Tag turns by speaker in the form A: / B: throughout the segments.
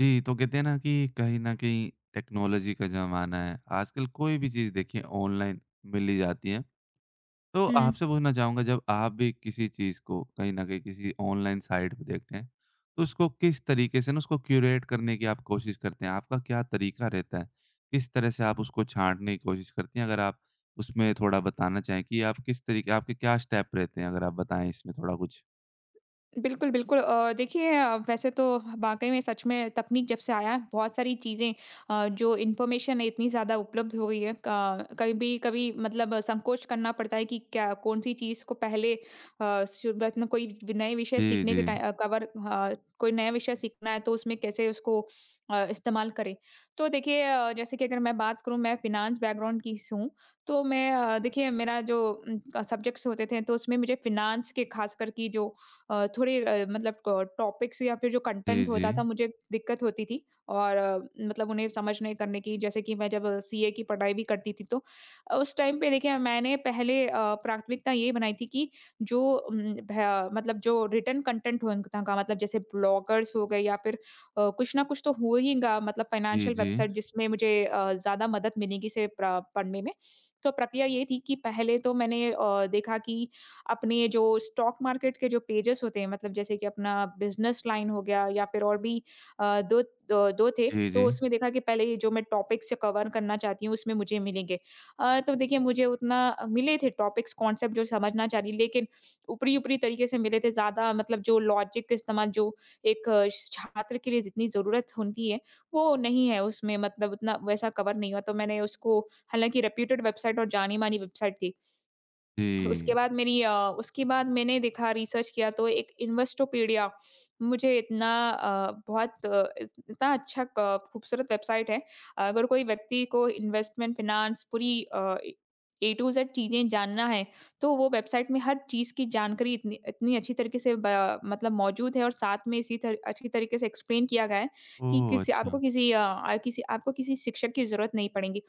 A: जी, तो कहते हैं ना कि कहीं न कहीं टेक्नोलॉजी का ज़माना है। आजकल कोई भी चीज़ देखिए ऑनलाइन मिल ही जाती है। तो
B: हुँ।
A: आपसे पूछना चाहूँगा जब आप भी किसी चीज़ को कहीं न कहीं किसी ऑनलाइन साइट पे देखते हैं, तो उसको किस तरीके से ना उसको क्यूरेट करने की आप कोशिश करते हैं? आपका क्या तरीका रहता है? किस तरह से आप उसको छाँटने की कोशिश करती हैं? अगर आप उसमें थोड़ा बताना चाहें कि आप किस तरीके आपके क्या स्टेप रहते हैं? अगर आप बताएँ इसमें थोड़ा कुछ?
B: बिल्कुल, बिल्कुल, देखिए, वैसे तो वाक़ई में सच में तकनीक जब से आया है, बहुत सारी चीज़ें जो इन्फॉर्मेशन है इतनी ज़्यादा उपलब्ध हो गई है। क कभी-कभी मतलब संकोच करना पड़ता है कि क्या कौन-सी चीज़ को पहले, शुरुआत में कोई नए विषय
A: जी,
B: सीखने
A: जी।
B: के कवर कोई नया विषय सीखना है तो उसमें कैसे उसको इस्तेमाल करें। तो देखिए, जैसे कि अगर मैं बात करूँ, मैं फ़िनांस बैकग्राउंड की से हूँ, तो मैं देखिए, मेरा जो सब्जेक्ट्स होते थे, तो उसमें मुझे फ़िनांस के ख़ासकर कि जो थोड़े, मतलब क टॉपिक्स या फिर जो
A: जी,
B: कंटेंट
A: जी।
B: होता था, मुझे दिक्कत होती थी। और मतलब उन्हें समझ नहीं करने की, जैसे कि मैं जब CA की पढ़ाई भी करती थी, तो उस टाइम पे देखिए मैंने पहले प्राथमिकता ये बनाई थी कि जो, उम, भ मतलब जो रिटन कंटेंट होगा, मतलब जैसे ब्लॉगर्स हो गए या फिर कुछ ना कुछ तो हो हीगा, मतलब
A: जी,
B: फाइनेंशियल
A: जी।
B: वेबसाइट जिसमें मुझे ज़्यादा मदद मिलेगी से प्र पढ़ने में। तो प्रक्रिया ये थी कि पहले तो मैंने देखा कि अपने जो स्टॉक मार्केट के जो पेजेस होते हैं, मतलब जैसे कि अपना बिज़नेस लाइन हो गया या फिर और भी 2 दो 2 थे,
A: जी,
B: तो
A: जी।
B: उसमें देखा कि पहले ये जो मैं टॉपिक्स कवर करना चाहती हूँ उसमें मुझे मिलेंगे। तो देखिए मुझे उतना मिले थे टॉपिक्स कॉन्सेप्ट जो समझना चाह रही, लेकिन ऊपरी-ऊपरी तरीके से मिले थे ज़्यादा, मतलब जो लॉजिक का इस्तेमाल जो एक छात्र के लिए जितनी ज़रूरत होती है, वो नहीं है उसमें, मतलब उतना वैसा कवर नहीं हुआ। तो मैंने उसको, हालाँकि रेप्यूटेड वेबसाइट और जानी-मानी वेबसाइट थी। उसके
A: जी।
B: बाद मेरी अ, उसके बाद मैंने देखा, रिसर्च किया, तो एक इन्वेस्टोपीडिया मुझे इतना, बहुत इतना अच्छा खूबसूरत वेबसाइट है। अगर कोई व्यक्ति को इन्वेस्टमेंट फिनांस पूरी ए टू जेड चीजें जानना है, तो वो वेबसाइट में हर चीज की जानकारी इतनी इतनी अच्छी तरीके से, मतलब मौजूद है, और साथ में अच्छी तरीके से एक्सप्लेन किया गया है कि
A: ओह! अच्छा।
B: किसी आपको किसी शिक्षक की जरूरत नहीं पड़ेगी।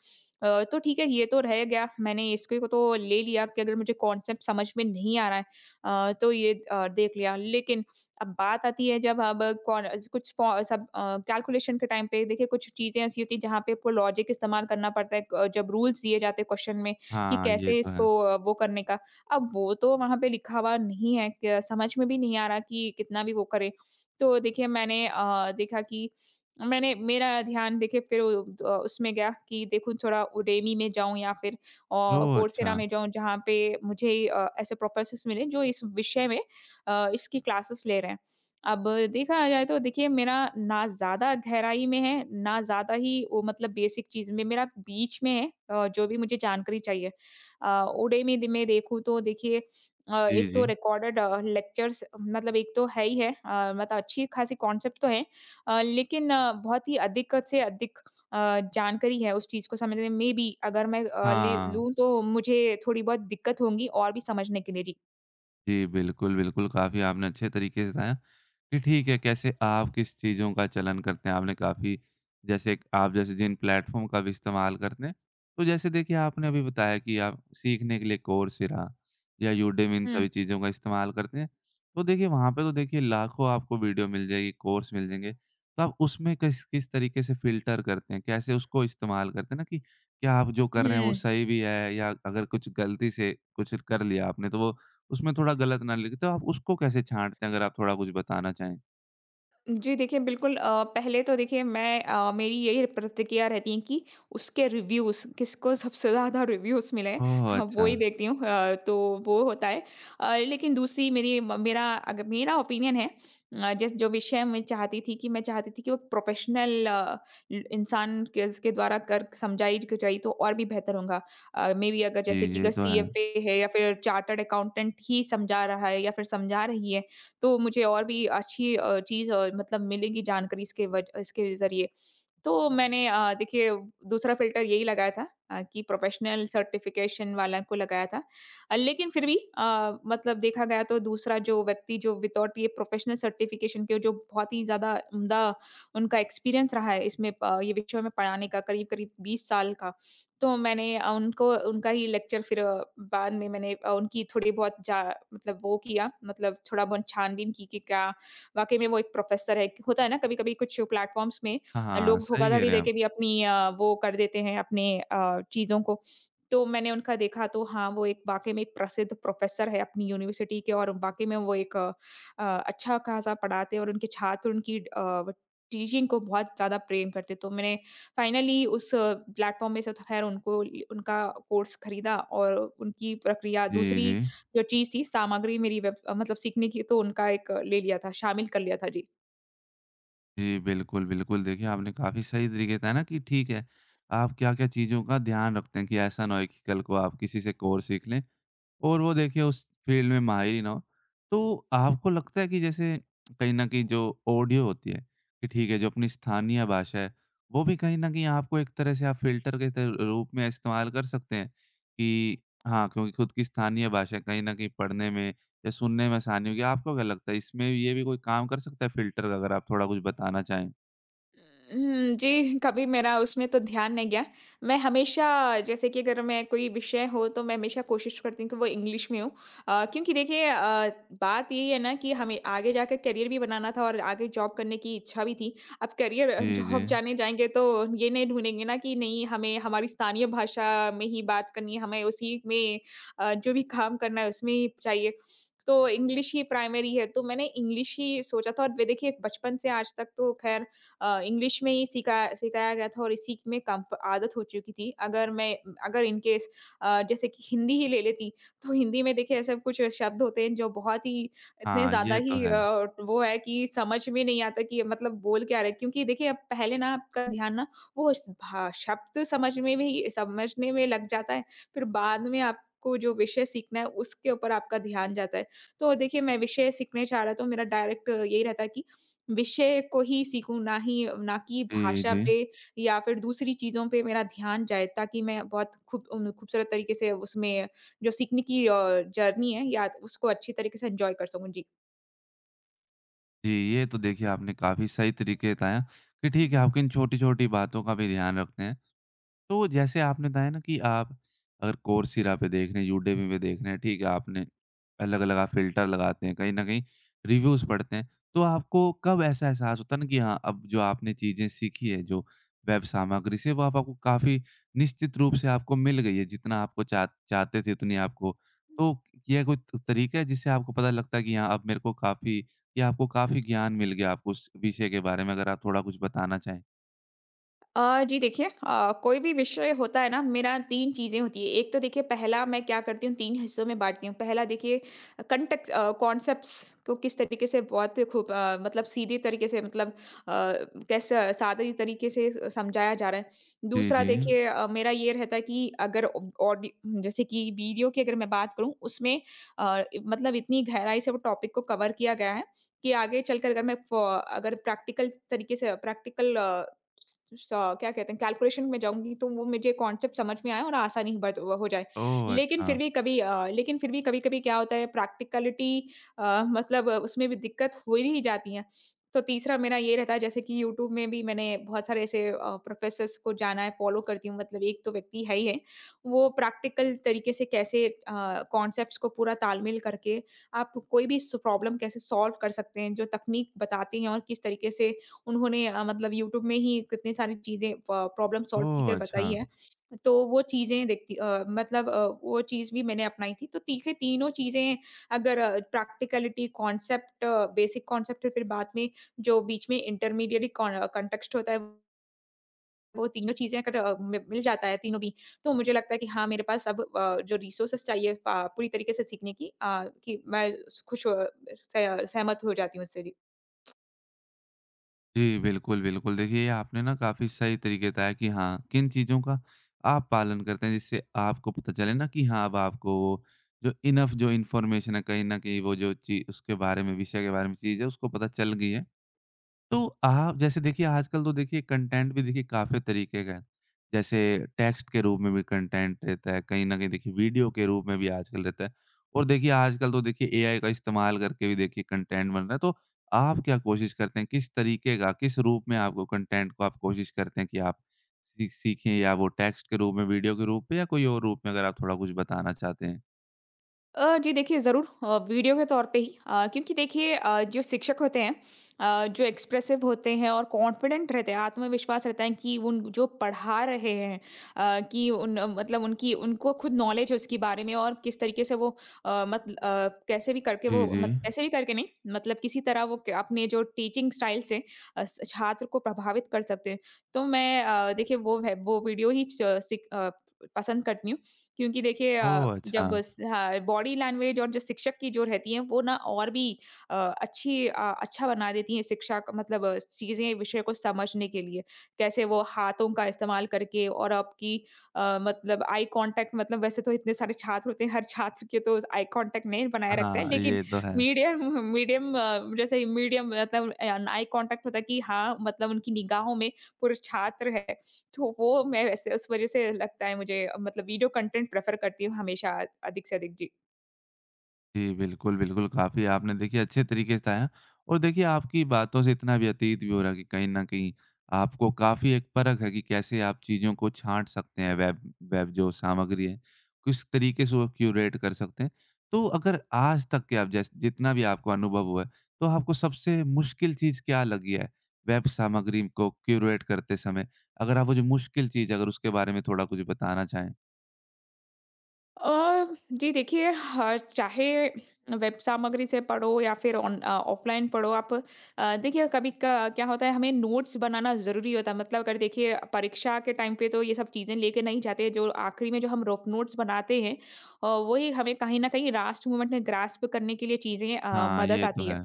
B: तो ठीक है, ये तो रह गया, मैंने इसके को तो ले लिया कि अगर मुझे कॉन्सेप्ट समझ में नहीं आ रहा है, तो ये देख लिया, लेकिन अब बात आती है, जब अब कौन कुछ सब कैलकुलेशन के टाइम पे देखिए कुछ चीजें ऐसी होती है जहाँ पे आपको लॉजिक इस्तेमाल करना पड़ता है, जब रूल्स दिए जाते हैं क्वेश्चन में कि
A: हाँ, ये
B: कैसे
A: तो है।
B: इसको, वो करने का, अब वो तो वहां पे लिखा हुआ नहीं है, समझ में भी नहीं आ रहा कि कितना भी वो करे। तो देखिए, मैंने देखा कि मैंने, मेरा ध्यान देखिए फिर उसमें गया कि देखूँ थोड़ा उडेमी में जाऊँ या फिर
A: ओह! अच्छा।
B: कोर्सेरा में जाऊँ जहाँ पे मुझे ऐसे प्रोफेसर्स मिले जो इस विषय में इसकी क्लासेस ले रहे हैं। अब देखा जाए तो देखिए मेरा ना ज़्यादा गहराई में है, ना ज़्यादा ही वो, मतलब बेसिक चीज़ में, मेरा बीच में है, जो भी मुझे जानकारी चाहिए। उडेमी द में देखूँ तो देखिए,
A: जी,
B: एक तो
A: जी।
B: रिकॉर्डेड लेक्चर्स, मतलब एक तो है ही है, मतलब अच्छी खासी कॉन्सेप्ट तो है। लेकिन बहुत ही अधिक से अधिक अ, जानकारी है उस चीज़ को समझने में, मेबी अगर मैं ले
A: हाँ।
B: लूँ तो मुझे थोड़ी बहुत दिक्कत होंगी, और भी समझने के लिए। जी।
A: जी, बिल्कुल, बिल्कुल, काफ़ी आपने अच्छे तरीके से बताया कि ठीक है, कैसे आप किस चीज़ों का चलन करते हैं। आपने काफ़ी जैसे आप जैसे जिन प्लेटफ़ॉर्म का भी इस्तेमाल करते हैं, तो जैसे देखिए आपने अभी बताया कि आप सीखने के लिए कोर्सेरा या यूडेमी इन
B: हुँ।
A: सभी चीज़ों का इस्तेमाल करते हैं। तो देखिए वहाँ पे तो देखिए लाखों आपको वीडियो मिल जाएगी, कोर्स मिल जाएँगे। तो आप उसमें किस किस तरीके से फ़िल्टर करते हैं? कैसे उसको इस्तेमाल करते हैं ना कि क्या आप जो कर रहे हैं वो
B: हुँ।
A: सही भी है या अगर कुछ गलती से कुछ कर लिया आपने तो वो उसमें थोड़ा गलत ना लिखें, तो आप उसको कैसे छाँटते हैं? अगर आप थोड़ा कुछ बताना चाहें?
B: जी देखिए, बिल्कुल, पहले तो देखिए, मेरी यही प्रतिक्रिया रहती है कि उसके रिव्यूज़, किसको सबसे ज़्यादा रिव्यूज़ मिले हैं,
A: ओह!
B: हाँ, वो
A: अच्छा।
B: ही देखती हूँ, तो वो होता है। लेकिन दूसरी, मेरी म मेरा, अगर मेरा ओपिनियन है, जिस जो विषय मैं चाहती थी कि वो प्रोफ़ेशनल ल इंसान के इसके द्वारा कर समझाई ज जाई तो और भी बेहतर होगा। मे बी, अगर
A: जी,
B: जैसे कि
A: ये
B: अगर
A: तो है।
B: CFA है या फिर चार्टर्ड अकाउंटेंट ही समझा रहा है या फिर समझा रही है, तो मुझे और भी अच्छी चीज़, मतलब मिलेगी जानकारी इसके ज़रिए। तो मैंने देखिए, दूसरा फ़िल्टर यही लगाया था, कि प्रोफ़ेशनल सर्टिफ़िकेशन वाला को लगाया था। लेकिन फिर भी, मतलब देखा गया, तो दूसरा जो व्यक्ति, जो विथआउट ये प्रोफ़ेशनल सर्टिफ़िकेशन के, जो बहुत ही ज़्यादा उम्दा उनका एक्सपीरियंस रहा है इसमें, प ये विषय में पढ़ाने का करीब-करीब 20 साल का। तो मैंने उनको उनका ही लेक्चर, फिर बाद में मैंने उनकी थोड़ी बहुत जा मतलब वो किया, मतलब थोड़ा बहुत छानबीन की कि क्या वाक़ई में वो एक प्रोफ़ेसर है, कि होता है ना, कभी-कभी कुछ प्लेटफ़ॉर्म्स में
A: हाँ, हाँ,
B: लोग
A: सही कह
B: धोखाधड़ी
A: रहे हैं आप।
B: देके भी अपनी वो कर देते हैं अपने चीज़ों को। तो मैंने उनका देखा तो हाँ, वो एक वाक़ई में एक प्रसिद्ध प्रोफ़ेसर है अपनी यूनिवर्सिटी के, और वाक़ई में वो एक अच्छा-खासा पढ़ाते हैं, और उनके छात्र उनकी व टीचिंग को बहुत ज़्यादा प्रेम करते। तो मैंने फाइनली उस प्लेटफ़ॉर्म में से तो ख़ैर उनको उनका कोर्स खरीदा, और उनकी प्रक्रिया
A: जी,
B: दूसरी
A: जी।
B: जो चीज़ थी सामग्री मेरी वेब, मतलब सीखने की, तो उनका एक ले लिया था, शामिल कर लिया था। जी।
A: जी, बिल्कुल, बिल्कुल। देखिए, आपने काफ़ी सही तरीके से बताया ना कि ठीक है, आप क्या-क्या चीज़ों का ध्यान रखते हैं कि ऐसा ना हो कि कल को आप किसी से एक और सीख लें। और वो देखिए उस फ़ील्ड में माहिर ही ना हो, तो आपको लगता है कि जैसे कहीं न कहीं जो ऑडियो होती है, कि ठीक है, जो अपनी स्थानीय भाषा है, वो भी कहीं न कहीं आपको एक तरह से आप फ़िल्टर के त रूप में इस्तेमाल कर सकते हैं कि हाँ, क्योंकि खुद की स्थानीय भाषा कहीं न कहीं पढ़ने में या सुनने में आसानी होगी। आपको क्या लगता है, इसमें ये भी कोई काम कर सकता है फ़िल्टर का? अगर आप थोड़ा कुछ बताना चाहें?
B: हुँ, जी, कभी मेरा उसमें तो ध्यान नहीं गया। मैं हमेशा, जैसे कि अगर मैं कोई विषय हो तो मैं हमेशा कोशिश करती हूँ कि वो इंग्लिश में हो। क्योंकि देखिए, बात यही है ना कि हमें आगे जाकर करियर भी बनाना था और आगे जॉब करने की इच्छा भी थी। अब करियर
A: जी, जी।
B: जॉब जाने जाएँगे तो ये नहीं ढूँढेंगे ना कि नहीं, हमें हमारी स्थानीय भाषा में ही बात करनी है, हमें उसी में जो भी काम करना है उसमें ही चाहिए। तो इंग्लिश ही प्राइमरी है, तो मैंने इंग्लिश ही सोचा था, और वे देखिए बचपन से आज तक तो खैर इंग्लिश में ही सिखाया सिखाया गया था और इसी में कंफ आदत हो चुकी थी। अगर इन केस, जैसे कि हिंदी ही ले लेती, तो हिंदी में देखिए ऐसे कुछ शब्द होते हैं जो बहुत ही, इतने
A: हाँ,
B: ज़्यादा
A: ये तो
B: ही,
A: है।
B: वो है कि समझ में नहीं आता कि मतलब बोल क्या रहे हैं। क्योंकि देखिए अब पहले ना आपका ध्यान ना वो स भा शब्द समझ में भी समझने में लग जाता है, फिर बाद में आपको जो विषय सीखना है उसके ऊपर आपका ध्यान जाता है। तो देखिए मैं विषय सीखने जा रहा था तो मेरा डायरेक्ट यही रहता है कि विषय को ही सीखूँ, ना ही, ना कि
A: जी,
B: भाषा
A: जी।
B: पे या फिर दूसरी चीज़ों पे मेरा ध्यान जाए, ताकि मैं बहुत खूब खूबसूरत तरीके से उसमें जो सीखने की जर्नी है, या उसको अच्छी तरीके से एन्जॉय कर सकूँ।
A: जी, ये तो देखिए आपने काफ़ी सही तरीके बताया कि
B: जी।
A: ठीक है, आपकी इन छोटी-छोटी बातों का भी ध्यान रखते हैं। तो जैसे आपने बताया ना कि आप अगर कोर्सेरा पे देख रहे हैं, यूडेमी पे देख रहे हैं, ठीक है, आपने अलग-अलग आप फ़िल्टर लगाते हैं, कहीं न कहीं रिव्यूज़ पढ़ते हैं, तो आपको कब ऐसा एहसास होता है ना कि हाँ, अब जो आपने चीज़ें सीखी हैं, जो वेब सामग्री से, वो आप आपको काफ़ी निश्चित रूप से आपको मिल गई है, जितना आपको चाहते थे उतनी आपको। तो यह कोई त तरीका है जिससे आपको पता लगता है कि हाँ, अब मेरे को काफ़ी या आपको काफ़ी ज्ञान मिल गया आपको उस विषय के बारे में? अगर आप थोड़ा कुछ बताना चाहें।
B: जी देखिए, कोई भी विषय होता है ना, मेरा 3 चीज़ें होती है। एक तो देखिए, पहला मैं क्या करती हूँ, 3 हिस्सों में बाँटती हूँ। पहला देखिए, कंटेक्स्ट, कॉन्सेप्ट्स को किस तरीके से बहुत खूब, मतलब सीधे तरीके से, मतलब कैसे सादे तरीके से समझाया जा रहा है।
A: जी,
B: दूसरा
A: जी।
B: देखिए, मेरा ये रहता है कि अगर ऑ ऑडि जैसे कि वीडियो की अगर मैं बात करूँ उसमें, मतलब इतनी गहराई से वो टॉपिक को कवर किया गया है कि आगे चलकर अगर मैं फ़ अगर प्रैक्टिकल तरीके से प्रैक्टिकल, स क्या कहते हैं कैलकुलेशन में जाऊँगी, तो वो मुझे कॉन्सेप्ट समझ में आए और आसानी बत हो जाए।
A: ओह!
B: लेकिन फिर
A: अच्छा।
B: भी कभी अ, लेकिन फिर भी कभी-कभी क्या होता है, प्रैक्टिकलिटी, मतलब उसमें भी दिक्कत हो ही जाती है। तो तीसरा मेरा ये रहता है, जैसे कि यूट्यूब में भी मैंने बहुत सारे ऐसे प्रोफेसर्स को जाना है, फॉलो करती हूँ, मतलब एक तो व्यक्ति है ही है। वो प्रैक्टिकल तरीके से कैसे कॉन्सेप्ट्स को पूरा तालमेल करके आप कोई भी स प्रॉब्लम कैसे सॉल्व कर सकते हैं, जो तकनीक बताते हैं, और किस तरीके से उन्होंने मतलब यूट्यूब में ही कितनी सारी चीज़ें प प्रॉब्लम सॉल्व की कर
A: ओह! अच्छा।
B: बताई है। तो वो चीज़ें देखती, मतलब वो चीज़ भी मैंने अपनाई थी। तो तीखे तीनों चीज़ें अगर प्रैक्टिकलिटी, कॉन्सेप्ट बेसिक कॉन्सेप्ट, और फिर बाद में जो बीच में इंटरमीडिएट कॉन्टेक्स्ट होता है, वो तीनों चीज़ें अगर मि मिल जाता है तीनों भी, तो मुझे लगता है कि हाँ, मेरे पास अब जो रिसोर्सेज़ चाहिए, पा पूरी तरीके से सीखने की, कि मैं खुश अ, सह सहमत हो जाती हूँ उससे। जी।
A: जी, बिल्कुल, बिल्कुल। देखिए, ये आपने ना काफ़ी सही तरीके बताया कि हाँ, किन चीज़ों का आप पालन करते हैं, जिससे आपको पता चले ना कि हाँ, अब आपको वो जो इन्फॉर्मेशन है, कहीं न कहीं वो जो ची उसके बारे में, विषय के बारे में चीज़ है, उसको पता चल गई है। तो आप जैसे देखिए आजकल तो देखिए कंटेंट भी देखिए काफ़ी तरीके का है। जैसे टेक्स्ट के रूप में भी कंटेंट रहता है, कहीं न कहीं देखिए वीडियो के रूप में भी आजकल रहता है और देखिए आजकल तो देखिए एआई का इस्तेमाल करके भी देखिए कंटेंट बन रहा है। तो आप क्या कोशिश करते हैं? किस तरीके का, किस रूप में आपको कंटेंट को आप कोशिश करते हैं कि आप सीखें या वो टेक्स्ट के रूप में, वीडियो के रूप में या कोई और रूप में? अगर आप थोड़ा कुछ बताना चाहते हैं।
B: जी देखिए, ज़रूर, वीडियो के तौर पे ही, क्योंकि देखिए, जो शिक्षक होते हैं, जो एक्सप्रेसिव होते हैं और कॉन्फिडेंट रहते हैं, आत्मविश्वास रहता है कि उन जो पढ़ा रहे हैं, कि उन, मतलब उनकी उनको खुद नॉलेज है उसके बारे में, और किस तरीके से वो मत अ, कैसे भी करके वो
A: जी, जी।
B: मत कैसे भी करके नहीं मतलब किसी तरह वो अपने जो टीचिंग स्टाइल से छात्र को प्रभावित कर सकते हैं। तो मैं देखिए वो है वो वीडियो ही पसंद करती हूँ, क्योंकि देखिए
A: ओह! अच्छा।
B: जब स हाँ, बॉडी लैंग्वेज और जो शिक्षक की जो रहती है वो ना और भी अच्छा बना देती है शिक्षा का मतलब चीज़ें विषय को समझने के लिए। कैसे वो हाथों का इस्तेमाल करके और आपकी मतलब आई कॉन्टैक्ट, मतलब वैसे तो इतने सारे छात्र होते हैं, हर छात्र के तो आई कॉन्टैक्ट नहीं बनाए रखते हैं,
A: हाँ,
B: लेकिन
A: ये तो है।
B: मीडियम मीडियम जैसे मीडियम मतलब आई कॉन्टैक्ट होता है कि हाँ, मतलब उनकी निगाहों में पूरे छात्र है। तो वो मैं वैसे उस वज़ह से लगता है मुझे मतलब वीडियो कंटेंट प्रेफ़र करती हूँ हमेशा अधिक से अधिक। जी।
A: जी, बिल्कुल, बिल्कुल। काफ़ी आपने देखिए अच्छे तरीके से बताया और देखिए आपकी बातों से इतना व्यतीत भी हो रहा है कि कहीं न कहीं आपको काफ़ी एक परख है कि कैसे आप चीज़ों को छाँट सकते हैं वेब वेब जो सामग्री है, किस तरीके से वो क्यूरेट कर सकते हैं। तो अगर आज तक के आप जैस जितना भी आपको अनुभव हुआ है, तो आपको सबसे मुश्किल चीज़ क्या लगी है वेब सामग्री को क्यूरेट करते समय? अगर आप वो जो मुश्किल चीज़ है, अगर उसके बारे में थोड़ा कुछ बताना चाहें?
B: अ, जी देखिए, ह चाहे वेब सामग्री से पढ़ो या फिर ऑफ़लाइन पढ़ो आप, देखिए कभी क क्या होता है, हमें नोट्स बनाना ज़रूरी होता है। मतलब अगर देखिए परीक्षा के टाइम पे तो ये सब चीज़ें लेके नहीं जाते, जो आखिरी में जो हम रफ नोट्स बनाते हैं वही हमें कहीं न कहीं लास्ट मोमेंट में ग्रास्प करने के लिए चीज़ें
A: हाँ,
B: मदद
A: ये तो
B: आती है।
A: है।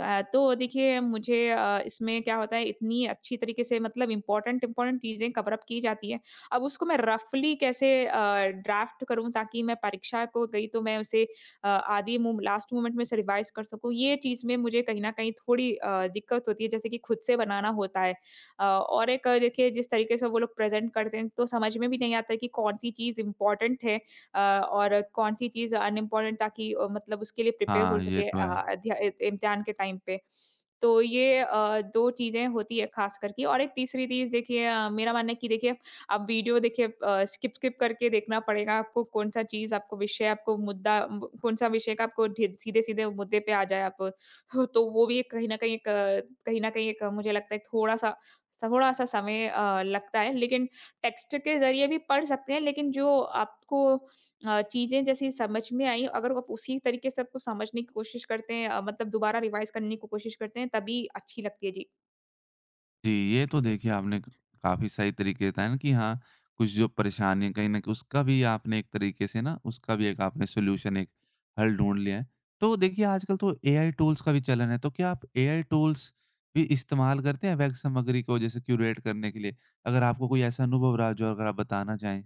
B: तो देखिए मुझे इसमें क्या होता है इतनी अच्छी तरीके से मतलब इम्पोर्टेंट इम्पोर्टेंट चीज़ें कवर अप की जाती हैं। अब उसको मैं रफली कैसे ड्राफ्ट करूँ, ताकि मैं परीक्षा को गई तो मैं उसे अ, आधी मू लास्ट मोमेंट में से रिवाइज़ कर सकूँ, ये चीज़ में मुझे कहीं न कहीं थोड़ी दिक्कत होती है, जैसे कि खुद से बनाना होता है। और एक देखिए जिस तरीके से वो लोग प्रेज़ेंट करते हैं, तो समझ में भी नहीं आता है कि कौन-सी चीज़ इम्पोर्टेंट है और कौन सी चीज़ अनइम्पोर्टेंट, ताकि मतलब उसके लिए प्रिपेयर हो
A: हाँ, ये
B: सके
A: तो
B: अ,
A: है।
B: अध्या इ इम्तिहान के टाइम पे। तो ये 2 चीज़ें होती है ख़ास कर के, और एक तीसरी चीज़ देखिए मेरा मानना है कि देखिए अब वीडियो देखिए अ, स्किप स्किप करके देखना पड़ेगा आपको, कौन-सा चीज़, आपको विषय, आपको मुद्दा ब कौन-सा विषय का आपको ढि सीधे-सीधे मुद्दे पे आ जाए आप। ह तो वो भी एक कहीं न कहीं एक मुझे लगता है थोड़ा-सा थोड़ा-सा समय लगता है। लेकिन टेक्स्ट के ज़रिए भी पढ़ सकते हैं, लेकिन जो आपको चीज़ें जैसे समझ में आई, अगर आप उसी तरीके से आपको समझने की कोशिश करते हैं मतलब दोबारा रिवाइज़ करने की कोशिश करते हैं, तभी अच्छी लगती है। जी।
A: जी, ये तो देखिए आपने क काफ़ी सही तरीके बताया ना कि हाँ, कुछ जो परेशानियाँ कहीं न कहीं उसका भी आपने एक तरीके से ना उसका भी एक आपने सॉल्यूशन एक हल ढूँढ लिया है। तो देखिए आजकल तो एआई टूल्स का भी चलन है, तो क्या आप एआई टूल्स भी इस्तेमाल करते हैं वेब सामग्री को जैसे क्यूरेट करने के लिए? अगर आपको कोई ऐसा अनुभव रहा जो अगर आप बताना चाहें?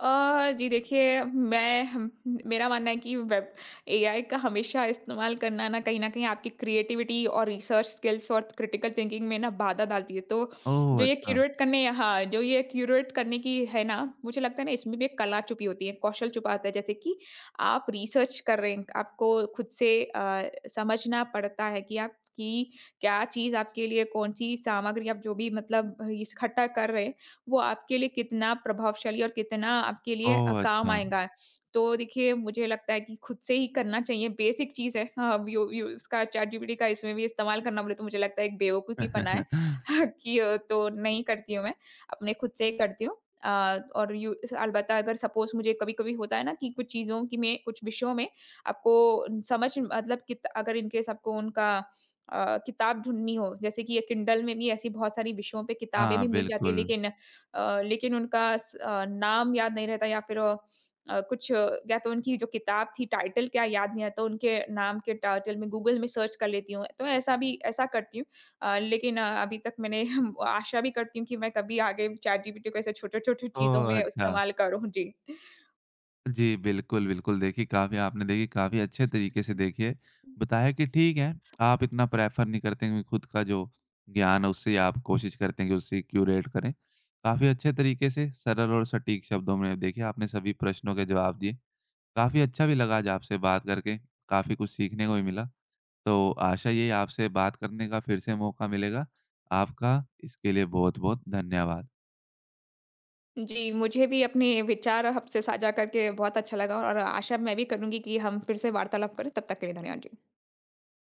B: जी देखिए, मैं हम मेरा मानना है कि वेब एआई का हमेशा इस्तेमाल करना ना कहीं न कहीं आपकी क्रिएटिविटी और रिसर्च स्किल्स और क्रिटिकल थिंकिंग में ना बाधा डालती है। तो
A: ओह!
B: जो ये
A: अच्छा।
B: क्यूरेट करने हाँ, जो ये क्यूरेट करने की है ना, मुझे लगता है ना इसमें भी एक कला छुपी होती है, कौशल छुपा होता है। जैसे कि आप रिसर्च कर रहे हैं, आपको खुद से समझना पड़ता है कि आप कि क्या चीज़ आपके लिए, कौन-सी सामग्री आप जो भी मतलब इकट्ठा कर रहे हैं, वो आपके लिए कितना प्रभावशाली और कितना आपके लिए
A: ओह!
B: काम
A: अच्छा।
B: आएगा। तो देखिए, मुझे लगता है कि खुद से ही करना चाहिए, बेसिक चीज़ है। हाँ, अब यू यू उसका चैटजीपीटी का इसमें भी इस्तेमाल करना बोले तो मुझे लगता है एक बेवकूफ़ीपना है। कि तो नहीं करती हूँ मैं, अपने खुद से ही करती हूँ। अ, और यू स अलबत्ता अगर सपोज़ मुझे कभी-कभी होता है ना कि कुछ चीज़ों की में कुछ विषयों में आपको समझ मतलब कित अगर इन केस आपको उनका किताब ढूँढनी हो, जैसे कि ये किंडल में भी ऐसी बहुत सारी विषयों पे किताबें
A: हाँ,
B: भी मिल जाती है,
A: बिल्कुल।
B: लेकिन लेकिन उनका नाम याद नहीं रहता, या फिर या तो उनकी जो किताब थी टाइटल क्या याद नहीं रहता, उनके नाम के टाइटल में गूगल में सर्च कर लेती हूँ, तो ऐसा करती हूँ। लेकिन अभी तक मैंने आशा भी करती हूँ कि मैं कभी आगे चैटजीपीटी को ऐसे छोटे-छोटे चीज़ों
A: ओह!
B: में
A: अच्छा।
B: इस्तेमाल करूँ। जी।
A: जी, बिल्कुल, बिल्कुल। देखिए, काफ़ी आपने देखिए काफ़ी अच्छे तरीके से देखिए बताया कि ठीक है, आप इतना प्रेफ़र नहीं करते हैं कि खुद का जो ज्ञान है उससे ही आप कोशिश करते हैं कि उससे क्यूरेट करें। काफ़ी अच्छे तरीके से सरल और सटीक शब्दों में देखिए आपने सभी प्रश्नों के जवाब दिए। काफ़ी अच्छा भी लगा आज आपसे बात करके, काफ़ी कुछ सीखने को भी मिला। तो आशा ये है आपसे बात करने का फिर से मौका मिलेगा। आपका इसके लिए बहुत-बहुत धन्यवाद।
B: जी, मुझे भी अपने विचार आपसे साझा करके बहुत अच्छा लगा, और आशा मैं भी करूँगी कि हम फिर से वार्तालाप करें, तब तक के लिए धन्यवाद जी।